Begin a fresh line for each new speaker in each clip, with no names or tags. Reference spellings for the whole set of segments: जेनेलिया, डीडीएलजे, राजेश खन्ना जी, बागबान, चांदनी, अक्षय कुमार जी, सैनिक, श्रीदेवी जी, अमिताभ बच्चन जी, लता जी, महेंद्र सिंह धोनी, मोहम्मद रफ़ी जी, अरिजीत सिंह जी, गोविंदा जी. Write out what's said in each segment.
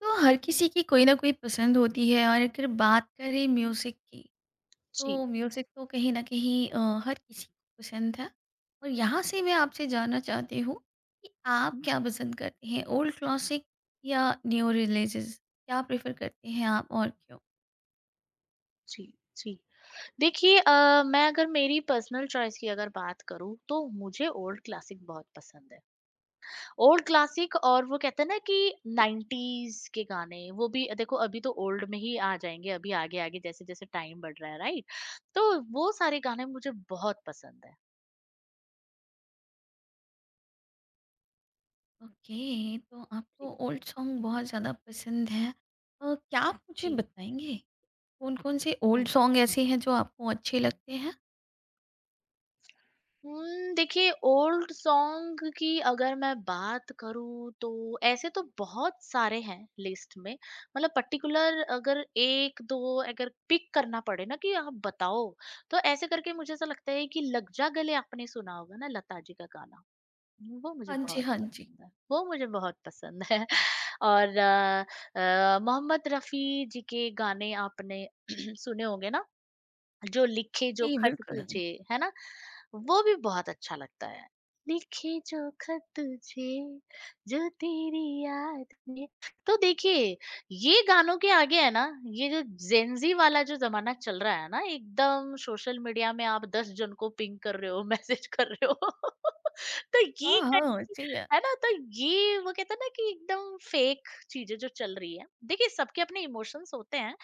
तो हर किसी की कोई ना कोई पसंद होती है और अगर बात करें म्यूज़िक की,
जी,
तो म्यूज़िक तो कहीं ना कहीं हर किसी को पसंद है। और यहाँ से मैं आपसे जानना चाहती हूँ कि आप
हुँ,
क्या पसंद करते हैं, ओल्ड क्लासिक या न्यू रिलीजेस? क्या प्रेफर करते हैं आप और क्यों?
जी, जी। देखिए मैं अगर मेरी पर्सनल चॉइस की अगर बात करूँ, तो मुझे ओल्ड क्लासिक बहुत पसंद है। ओल्ड क्लासिक और वो कहते हैं ना कि 90s के गाने, वो भी देखो अभी तो ओल्ड में ही आ जाएँगे, अभी आगे-आगे जैसे-जैसे टाइम बढ़ रहा है, राइट? तो वो सारे गाने मुझे बहुत पसंद हैं।
ओके, तो आपको
जी,
ओल्ड सॉन्ग बहुत ज़्यादा पसंद है। क्या आप मुझे
जी।
बताएंगे कौन कौन से ओल्ड सॉन्ग ऐसे हैं जो आपको अच्छे लगते हैं?
देखिए ओल्ड सॉन्ग की अगर मैं बात करूँ तो ऐसे तो बहुत सारे हैं लिस्ट में, मतलब पर्टिकुलर अगर 1-2 अगर पिक करना पड़े ना कि आप बताओ, तो ऐसे करके मुझे ऐसा लगता है कि लग जा गले आपने सुना होगा ना लता जी का गाना। वो मुझे
हाँ जी,
बहुत
हाँ जी।
पसंद है, वो मुझे बहुत पसंद है। और मोहम्मद रफ़ी जी के गाने आपने सुने होंगे ना, जो लिखे जो
जी
खत
बिल्कुल।
तुझे, है ना। वो भी बहुत अच्छा लगता है। लिखे जो खत तुझे, जो तेरी याद में। तो देखिए ये गानों के आगे है ना, ये जो जेंजी वाला जो जमाना चल रहा है ना, एकदम सोशल मीडिया में आप दस जन को पिंग कर रहे हो, मैसेज कर रहे हो, तो ये
हाँ
कहीं-
हाँ, सही है।
है ना। तो ये वो कहते हैं ना कि एकदम फेक चीजें जो चल रही है। देखिए सबके अपने इमोशंस होते हैं।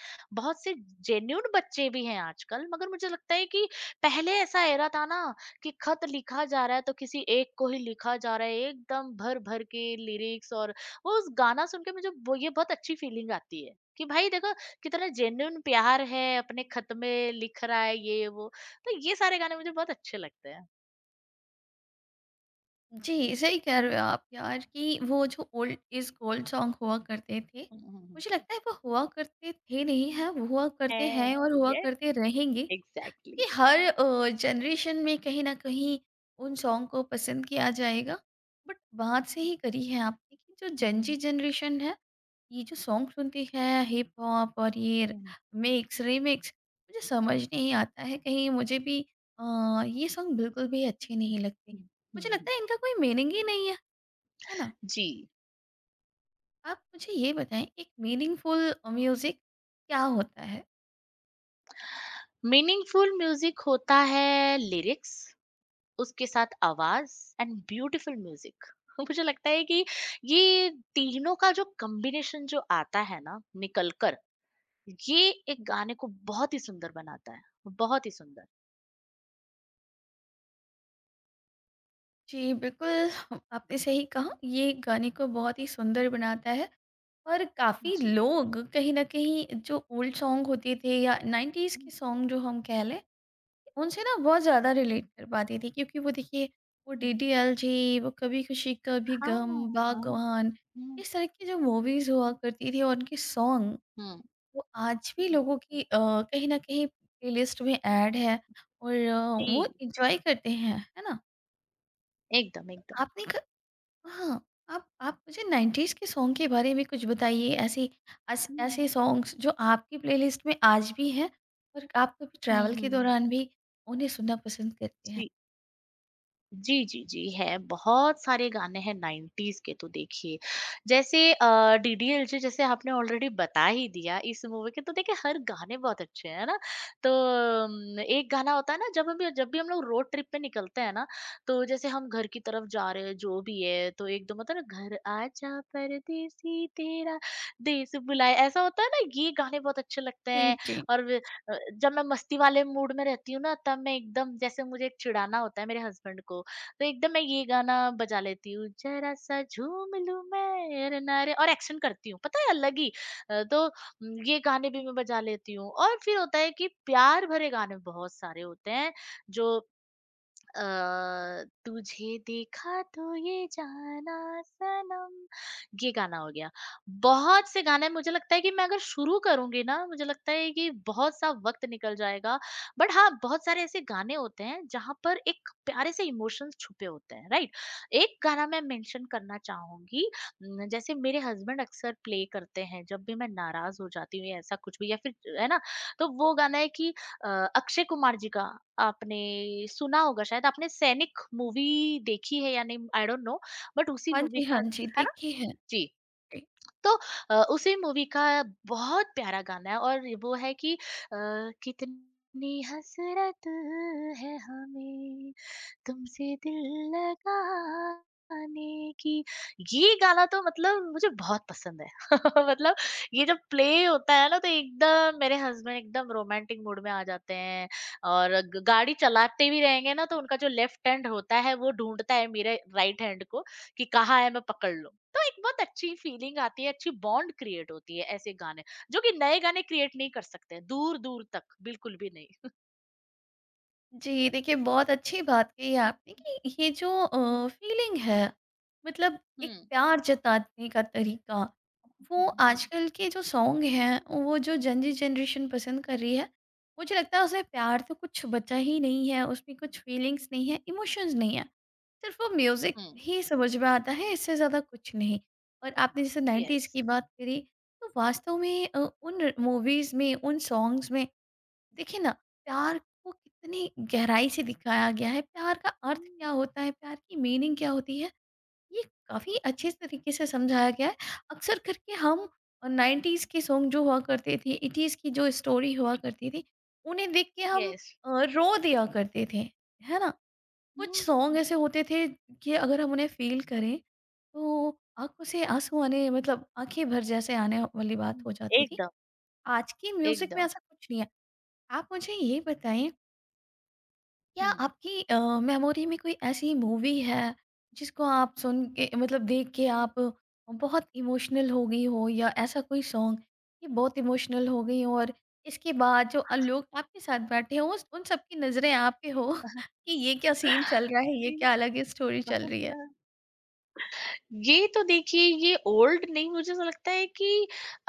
बहुत से जेन्युइन बच्चे भी हैं आजकल, मगर मुझे लगता है कि पहले ऐसा एरा था ना कि खत लिखा जा रहा है तो किसी एक को ही लिखा जा रहा है, एकदम भर भर के लिरिक्स और वो उस गाना सुन के मुझे वो ये बहुत अच्छी फीलिंग आती है कि भाई देखो कितना जेन्युइन प्यार है, अपने खत में लिख रहा है ये वो। तो ये सारे गाने मुझे बहुत अच्छे लगते हैं।
जी, सही कह रहे हो आप यार कि वो जो ओल्ड इज़ गोल्ड सॉन्ग हुआ करते थे,
हम्म,
मुझे लगता है वो हुआ करते थे नहीं, हैं, हुआ करते हैं और हुआ
ये
करते रहेंगे।
एग्जैक्टली।
कि हर जनरेशन में कहीं न कहीं उन सॉन्ग को पसंद किया जाएगा। बट बात सही करी है आपने कि जो जेन ज़ी
हम्म,
जनरेशन है, ये जो सॉन्ग सुनती है हिप हॉप और ये
हम्म,
मिक्स रीमिक्स, मुझे समझ नहीं आता है, कहीं मुझे भी अ, ये सॉन्ग बिल्कुल भी अच्छे
हम्म,
नहीं लगते,
हम्म,
मुझे
हम्म,
लगता है इनका कोई मीनिंग ही नहीं है, है ना?
जी।
आप मुझे ये बताएं, एक मीनिंगफुल म्यूजिक क्या होता है?
मीनिंगफुल म्यूजिक होता है लिरिक्स, उसके साथ आवाज़ एंड ब्यूटीफुल म्यूज़िक। मुझे लगता है कि ये तीनों का जो कॉम्बिनेशन जो आता है ना निकल कर, ये एक गाने को बहुत ही सुंदर बनाता है, बहुत ही सुंदर।
जी बिल्कुल, आपने सही कहा, ये गाने को बहुत ही सुंदर बनाता है। और काफ़ी
जी।
लोग कहीं ना कहीं जो ओल्ड सॉन्ग होते थे या नाइन्टीज़
हुँ,
के सॉन्ग जो हम कह लें, उनसे ना बहुत ज़्यादा रिलेट कर पाती थी, क्योंकि वो देखिए, वो
हुँ।
डीडीएलजे, वो कभी खुशी कभी गम,
हाँ, हाँ।
बागवान,
हुँ,
इस तरह की जो मूवीज हुआ करती थी और उनके सॉन्ग,
हुँ।
वो आज भी लोगों की कहीं ना कहीं प्लेलिस्ट में ऐड है और
जी,
वो एंजॉय करते हैं, है ना?
एकदम, एकदम।
आपने क... हाँ, आप मुझे 90s के सॉन्ग के बारे में कुछ बताइए, ऐसे
हुँ,
ऐसे सॉन्ग्स जो आपकी प्लेलिस्ट में आज भी हैं और आप कभी
हुँ,
ट्रैवल
हुँ,
के
हुँ।
दौरान भी उन्हें सुनना पसंद करते हैं?
जी। जी, जी, जी, है। बहुत सारे गाने हैं 90s के तो देखिए। जैसे डीडीएलजे, जैसे आपने ऑलरेडी बता ही दिया, इस मूवी के तो देखिए हर गाने बहुत अच्छे हैं, है ना? तो एक गाना होता है ना, जब हम जब भी हम लोग रोड ट्रिप पे निकलते हैं ना, तो जैसे हम घर की तरफ जा रहे हैं जो भी है, तो एकदम होता है ना, घर आजा परदेसी तेरा देश बुलाए, ऐसा होता है ना, ये गाने बहुत अच्छे लगते
जी,
हैं।
जी।
और जब मैं मस्ती वाले मूड में रहती हूँ ना, तब मैं एकदम जैसे मुझे चिढ़ाना होता है मेरे हस्बैंड को, तो एकदम मैं ये गाना बजा लेती हूँ, "ज़रा सा झूम लूँ मैं अरे ना रे" और एक्शन करती हूँ, पता है अलग ही। तो ये गाने भी मैं बजा लेती हूँ और फिर होता है कि प्यार भरे गाने बहुत सारे होते हैं, जो अ, तुझे देखा तो ये जाना सनम, ये गाना हो गया। बहुत से गाने मुझे लगता है कि मैं अगर शुरू करूंगी ना, मुझे लगता है कि बहुत सा वक्त निकल जाएगा। बट हाँ, बहुत सारे ऐसे गाने होते हैं जहां पर एक प्यारे से इमोशंस छुपे होते हैं, राइट। एक गाना मैं मेंशन करना चाहूंगी न, जैसे मेरे हस्बैंड अक्सर प्ले करते हैं जब भी मैं नाराज हो जाती हूँ या ऐसा कुछ भी या फिर, है ना। तो वो गाना है कि अ, अक्षय कुमार जी का, आपने सुना होगा, शायद आपने सैनिक मूवी देखी है या नहीं, आई डोंट नो, बट उसी
हाँ
मूवी
जी,
का,
हाँ जी,
है ना।
देखी है।
जी।
जी।
तो उसी मूवी का बहुत प्यारा गाना है और वो है कि अ, कितनी हसरत है हमें तुमसे दिल लगाने की। ये गाना तो मतलब मुझे बहुत पसंद है। मतलब ये जब प्ले होता है ना, तो एकदम मेरे हस्बैंड एकदम रोमांटिक मूड में आ जाते हैं, और गाड़ी चलाते भी रहेंगे ना, तो उनका जो लेफ्ट हैंड होता है वो ढूंढता है मेरे राइट हैंड को कि कहाँ है मैं पकड़ लूं, तो एक बहुत अच्छी फीलिंग आती है, अच्छी बॉन्ड क्रिएट होती है ऐसे गाने, जो कि नए गाने क्रिएट नहीं कर सकते हैं, दूर दूर तक बिल्कुल भी नहीं।
जी, देखिए बहुत अच्छी बात कही आपने कि ये जो फीलिंग है, मतलब एक
हम्म,
प्यार जताने का तरीका,
हम्म,
वो
हम्म,
आजकल के जो सॉन्ग हैं, वो जो जेनजी जनरेशन पसंद कर रही है, मुझे लगता है उसमें प्यार तो कुछ बचा ही नहीं है, उसमें कुछ फीलिंग्स नहीं है, इमोशंस नहीं है। सिर्फ़ वो म्यूज़िक
हम्म,
ही समझ में आता है, इससे ज़्यादा कुछ नहीं। और आपने जैसे
यस,
90s की बात करी, तो वास्तव में उन मूवीज़ में, उन सॉन्ग्स में देखिए ना, प्यार को कितनी गहराई से दिखाया गया है, प्यार का अर्थ क्या होता है, प्यार की मीनिंग क्या होती है, ये काफी अच्छे तरीके से समझाया गया है। अक्सर करके हम नाइन्टीज के सॉन्ग जो हुआ करते थे, एटीज की जो स्टोरी हुआ करती थी, उन्हें देख के हम
येस।
रो दिया करते थे, है ना? कुछ सॉन्ग
हम्म।
ऐसे होते थे कि अगर हम उन्हें फील करें, तो आंखों से आंसू आने, मतलब आंखें भर, जैसे आने वाली बात
हं।
हो जाती थी।
एकदम,
आज के म्यूजिक में
एकदम।
ऐसा कुछ नहीं है। आप मुझे ये बताएं, क्या
हं।
आपकी मेमोरी में कोई ऐसी मूवी है जिसको आप सुन के, मतलब देख के आप बहुत इमोशनल हो गई हो, या ऐसा कोई सॉन्ग कि बहुत इमोशनल हो गई हो और इसके बाद जो लोग आपके साथ बैठे हो उन सबकी नज़रें आप पे हो कि ये क्या सीन चल रहा है, ये क्या अलग ही स्टोरी चल रही है?
ये तो देखिए ये ओल्ड नहीं, मुझे ऐसा लगता है कि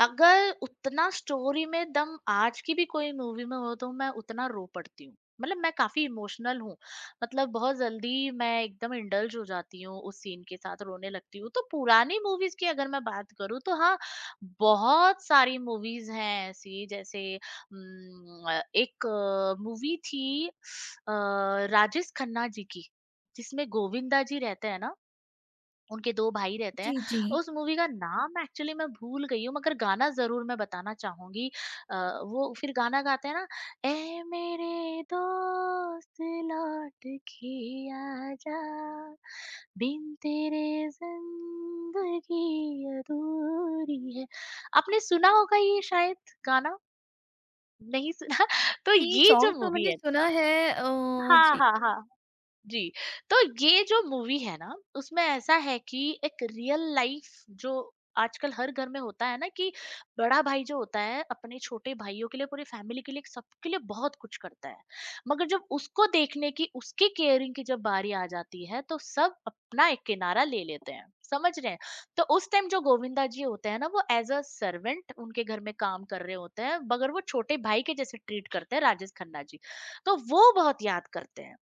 अगर उतना स्टोरी में दम आज की भी कोई मूवी में हो, तो मैं उतना रो पड़ती हूँ। मतलब मैं काफी इमोशनल हूँ, मतलब बहुत जल्दी मैं एकदम इंडल्ज हो जाती हूँ उस सीन के साथ, रोने लगती हूँ। तो पुरानी मूवीज की अगर मैं बात करूँ तो हाँ, बहुत सारी मूवीज हैं ऐसी, जैसे एक मूवी थी राजेश खन्ना जी की, जिसमें गोविंदा जी रहते हैं ना, उनके 2 भाई रहते हैं।
जी जी,
उस मूवी का नाम एक्चुअली मैं भूल गई हूँ, मगर गाना ज़रूर मैं बताना चाहूँगी। अ, वो फिर गाना गाते हैं ना, ऐ मेरे दोस्त लौट के आजा, बिन तेरे ज़िंदगी अधूरी है। आपने सुना होगा ये शायद गाना? नहीं सुना? तो
ये
ये जो
सॉन्ग तो
मूवी
मैंने
है,
सुना है,
हाँ,
जी।
हाँ, हाँ। जी, तो ये जो मूवी है ना, उसमें ऐसा है कि एक रियल लाइफ जो आजकल हर घर में होता है ना कि बड़ा भाई जो होता है, अपने छोटे भाइयों के लिए, पूरी फैमिली के लिए, सबके लिए बहुत कुछ करता है। मगर जब उसको देखने की, उसकी केयरिंग की जब बारी आ जाती है, तो सब अपना एक किनारा ले लेते हैं, समझ रहे हैं? तो उस टाइम जो गोविंदा जी होते हैं ना, वो एज़ अ सर्वेंट उनके घर में काम कर रहे होते हैं, मगर वो छोटे भाई के जैसे ट्रीट करते हैं राजेश खन्ना जी। तो वो बहुत याद करते हैं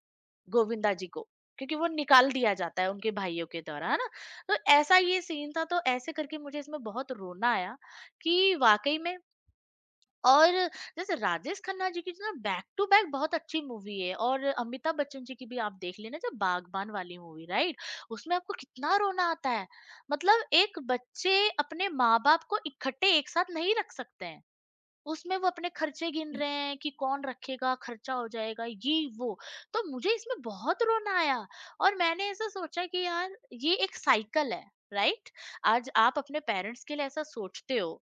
गोविंदा जी को, क्योंकि वो निकाल दिया जाता है उनके भाइयों के द्वारा, है ना। तो ऐसा ये सीन था, तो ऐसे करके मुझे इसमें बहुत रोना आया कि वाकई में। और जैसे राजेश खन्ना जी की ना बैक टू बैक बहुत अच्छी मूवी है, और अमिताभ बच्चन जी की भी आप देख लेना जो बागबान वाली मूवी, राइट। उसमें आपको कितना रोना आता है, मतलब एक बच्चे अपने माँ बाप को इकट्ठे एक साथ नहीं रख सकते हैं, उसमें वो अपने खर्चे गिन
जी।
रहे हैं कि कौन रखेगा, खर्चा हो जाएगा, ये वो। तो मुझे इसमें बहुत रोना आया और मैंने ऐसा सोचा कि यार, ये एक साइकिल है, राइट? आज आप अपने पेरेंट्स के लिए ऐसा सोचते हो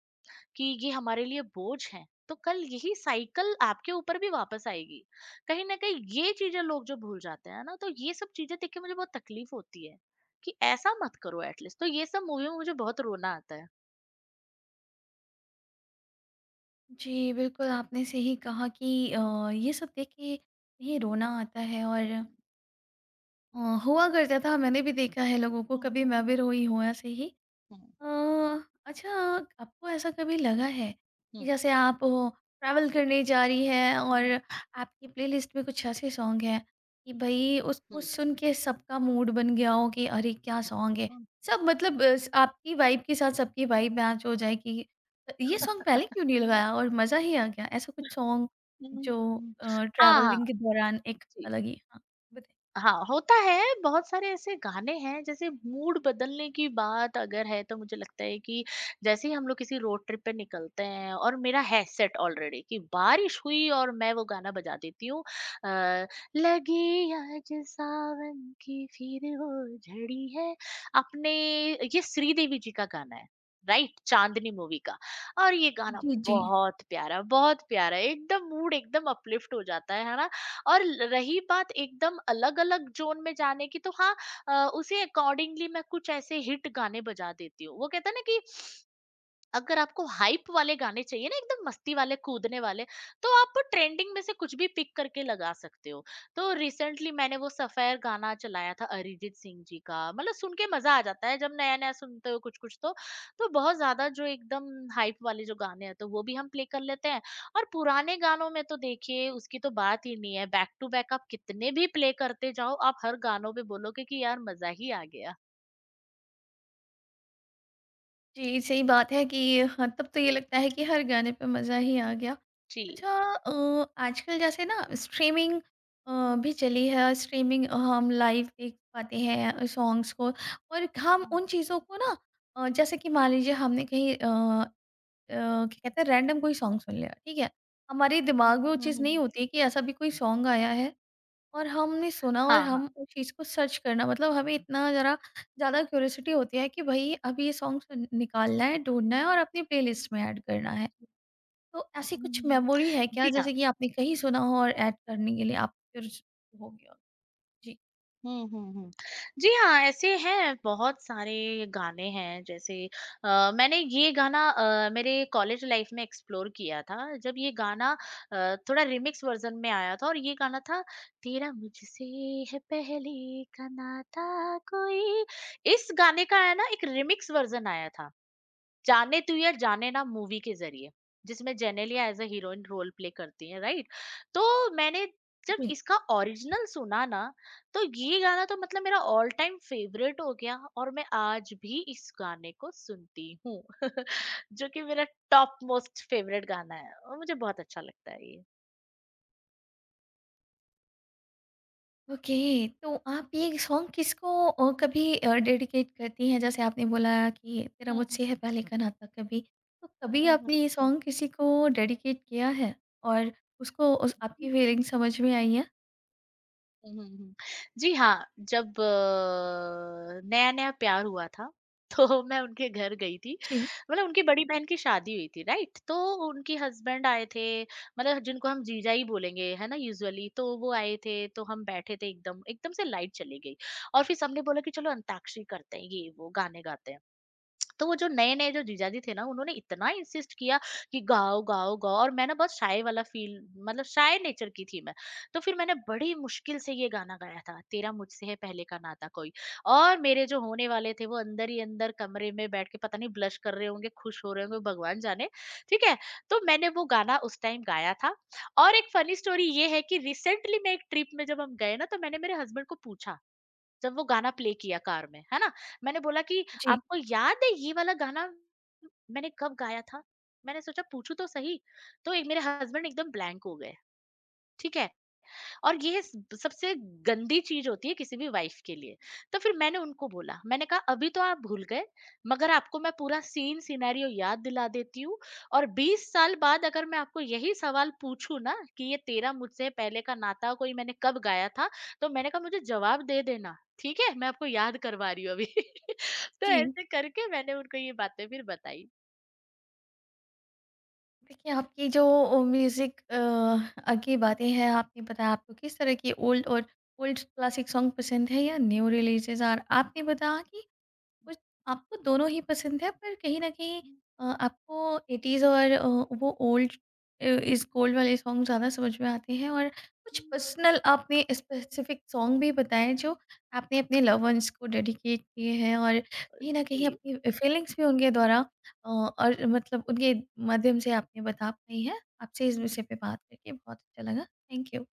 कि ये हमारे लिए बोझ है, तो कल यही साइकिल आपके ऊपर भी वापस आएगी। कहीं न कहीं ये चीज़ें लोग जो भूल जाते हैं ना, तो ये सब चीज़ें देख के मुझे बहुत तकलीफ होती है कि ऐसा मत करो एटलीस्ट। तो ये सब मूवी में मुझे बहुत रोना आता है।
जी, बिल्कुल आपने सही कहा कि ये सब देख के कहीं रोना आता है और
हुँ।
अ, हुआ करता था, मैंने भी देखा है लोगों को, कभी मैं भी रोई हूँ ऐसे ही।
हुँ, हुँ,
अ, अच्छा, आपको ऐसा कभी लगा है कि
हुँ,
जैसे आप ट्रैवल करने जा रही हैं और
हुँ,
आपकी प्लेलिस्ट में कुछ ऐसे सॉन्ग हैं कि भाई उसको
हुँ।
सुन के सबका मूड बन गया हो कि अरे क्या सॉन्ग है,
हुँ।
सब मतलब आपकी वाइब के साथ सबकी वाइब मैच हो जाए कि ये सॉन्ग पहले क्यों नहीं लगाया और मज़ा ही आ गया, ऐसा कुछ
हुँ,
सॉन्ग
हुँ,
जो
हुँ। हाँ, हाँ।
ट्रैवलिंग के दौरान एक
जी।
अलग ही, हाँ, बताइए।
हाँ होता है, बहुत सारे ऐसे गाने हैं। जैसे मूड बदलने की बात अगर है, तो मुझे लगता है कि जैसे ही हम लोग किसी रोड ट्रिप पे निकलते हैं, और मेरा है सेट ऑलरेडी कि बारिश हुई और मैं वो गाना बजा देती हूँ, अ, लगी आज सावन की फिर वो झड़ी है, अपने, ये श्रीदेवी जी का गाना है, राइट, चांदनी मूवी का। और ये गाना
जी जी
बहुत प्यारा, बहुत प्यारा, एकदम मूड एकदम अपलिफ्ट हो जाता है ना। और रही बात एकदम अलग अलग जोन में जाने की, तो हाँ, उसी अकॉर्डिंगली मैं कुछ ऐसे हिट गाने बजा देती हूँ। वो कहता है ना कि अगर आपको हाइप वाले गाने चाहिए ना, एकदम मस्ती वाले, कूदने वाले, तो आप ट्रेंडिंग में से कुछ भी पिक करके लगा सकते हो। तो रिसेंटली मैंने वो सफेर गाना चलाया था अरिजीत सिंह जी का, मतलब सुन के मजा आ जाता है जब नया नया सुनते हो कुछ कुछ तो। तो बहुत ज्यादा जो एकदम हाइप वाले जो गाने हैं, तो वो भी हम प्ले कर लेते हैं। और पुराने गानों में तो देखिए उसकी तो बात ही नहीं है, बैक टू बैक आप कितने भी प्ले करते जाओ, आप हर गानों पे बोलोगे कि यार मजा ही आ गया।
जी, सही बात है कि हाँ, तब तो ये लगता है कि हर गाने पे मज़ा ही आ गया।
जी।
अच्छा, आजकल जैसे ना स्ट्रीमिंग अ, भी चली है, स्ट्रीमिंग हम लाइव देख पाते हैं सॉन्ग्स को, और हम
हम्म,
उन चीज़ों को ना जैसे कि मान लीजिए हमने कहीं क्या कहते हैं, रैंडम कोई सॉन्ग सुन लिया, ठीक है? हमारे दिमाग में
हम्म,
वो
हम्म,
चीज़ नहीं
हम्म।
होती कि ऐसा भी कोई सॉन्ग आया है और हमने सुना, और
हाँ, हाँ।
हम उस चीज़ को सर्च करना, मतलब हमें इतना ज़रा ज़्यादा क्यूरियोसिटी होती है कि भई अब ये सॉन्ग सुन, निकालना है, ढूँढना है और अपनी प्लेलिस्ट में ऐड करना है। तो ऐसी कुछ
हुँ,
मेमोरी है क्या
जी हाँ।
जैसे कि आपने कहीं सुना हो और ऐड करने के लिए आप क्यूरियस हो गए हो? जी।
हुँ, हुँ, हुँ। जी हाँ, ऐसे हैं, बहुत सारे गाने हैं। जैसे मैंने ये गाना मेरे कॉलेज लाइफ में एक्सप्लोर किया था, जब ये गाना थोड़ा रिमिक्स वर्ज़न में आया था। और ये गाना था, तेरा मुझसे है पहले का नाता कोई, इस गाने का है ना एक रिमिक्स वर्ज़न आया था, जाने तू या जाने ना मूवी के ज़रिए, जिसमें जेनेलिया as a heroine role play करती हैं, राइट? तो मैंने जब
जी।
इसका ओरिजिनल सुना ना, तो ये गाना तो मतलब मेरा ऑल टाइम फ़ेवरेट हो गया, और मैं आज भी इस गाने को सुनती हूँ। जो कि मेरा टॉप मोस्ट फ़ेवरेट गाना है, और मुझे बहुत अच्छा लगता है ये।
ओके, तो आप ये सॉन्ग किसको कभी डेडिकेट करती हैं? जैसे आपने बोला कि तेरा
हुँ, हुँ।
मुझसे है पहले का नाता कभी, तो कभी
हुँ, हुँ।
आपने ये सॉन्ग किसी को डेडिकेट किया है और उसको, उस
हुँ।
आपकी फीलिंग समझ में आई है?
हुँ, हुँ, हुँ। जी हाँ, जब नया-नया प्यार हुआ था, तो मैं उनके घर गई थी।
जी,
मतलब उनकी बड़ी बहन की शादी हुई थी, राइट? तो उनके हस्बैंड आए थे, मतलब जिनको हम जीजा ही बोलेंगे, है ना, यूजुअली। तो वो आए थे, तो हम बैठे थे एकदम, एकदम से लाइट चली गई और फिर सबने बोला कि चलो अंताक्षरी करते हैं, ये वो गाने गाते हैं। तो वो जो नए-नए जो जीजाजी थे ना, उन्होंने इतना इंसिस्ट किया कि गाओ, गाओ, गाओ। और मैं ना बहुत शाय वाला फ़ील, मतलब शाय नेचर की थी मैं। तो फिर मैंने बड़ी मुश्किल से ये गाना गाया था, तेरा मुझसे है पहले का नाता कोई। और मेरे जो होने वाले थे, वो अंदर ही अंदर कमरे में बैठ के पता नहीं ब्लश कर रहे होंगे, खुश हो रहे होंगे, भगवान जाने, ठीक है? तो मैंने वो गाना उस टाइम गाया था। और एक फ़नी स्टोरी ये है कि रिसेंटली मैं एक ट्रिप में जब हम गए ना, तो मैंने मेरे हसबैंड को पूछा, जब वो गाना प्ले किया कार में, है ना? मैंने बोला कि
जी,
आपको याद है ये वाला गाना मैंने कब गाया था? मैंने सोचा पूछूँ तो सही, तो एक मेरे हस्बैंड एकदम ब्लैंक हो गए, ठीक है? और ये सबसे गंदी चीज होती है किसी भी वाइफ के लिए। तो फिर मैंने उनको बोला, मैंने कहा अभी तो आप भूल गए, मगर आपको मैं पूरा सीन सिनेरियो याद दिला देती हूँ। और 20 साल बाद अगर मैं आपको यही सवाल पूछूं ना कि ये तेरा मुझसे पहले का नाता कोई मैंने कब गाया था, तो मैंने कहा मुझे जवाब दे देना, ठीक है, मैं आपको याद करवा रही हूँ अभी। तो
जी।
ऐसे करके मैंने उनको ये बातें फिर बताई।
देखिए, आपकी जो म्यूज़िक की बातें हैं, आपने बताया आपको किस तरह की ओल्ड और ओल्ड क्लासिक सॉन्ग पसंद है या न्यू रिलीज़ेज़, और आपने बताया कि कुछ आपको दोनों ही पसंद है, पर कहीं न कहीं आपको 80s और वो ओल्ड इज़ गोल्ड वाले सॉन्ग ज़्यादा समझ में आते हैं, और कुछ पर्सनल आपने स्पेसिफ़िक सॉन्ग भी बताए जो आपने अपने लव वन्स को डेडिकेट किए हैं, और कहीं न कहीं
जी।
अपनी फीलिंग्स भी उनके द्वारा और मतलब उनके माध्यम से आपने बता पाई हैं। आपसे इस विषय
हम्म,
पे बात करके बहुत अच्छा लगा। Thank you.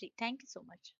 जी, थैंक यू सो मच।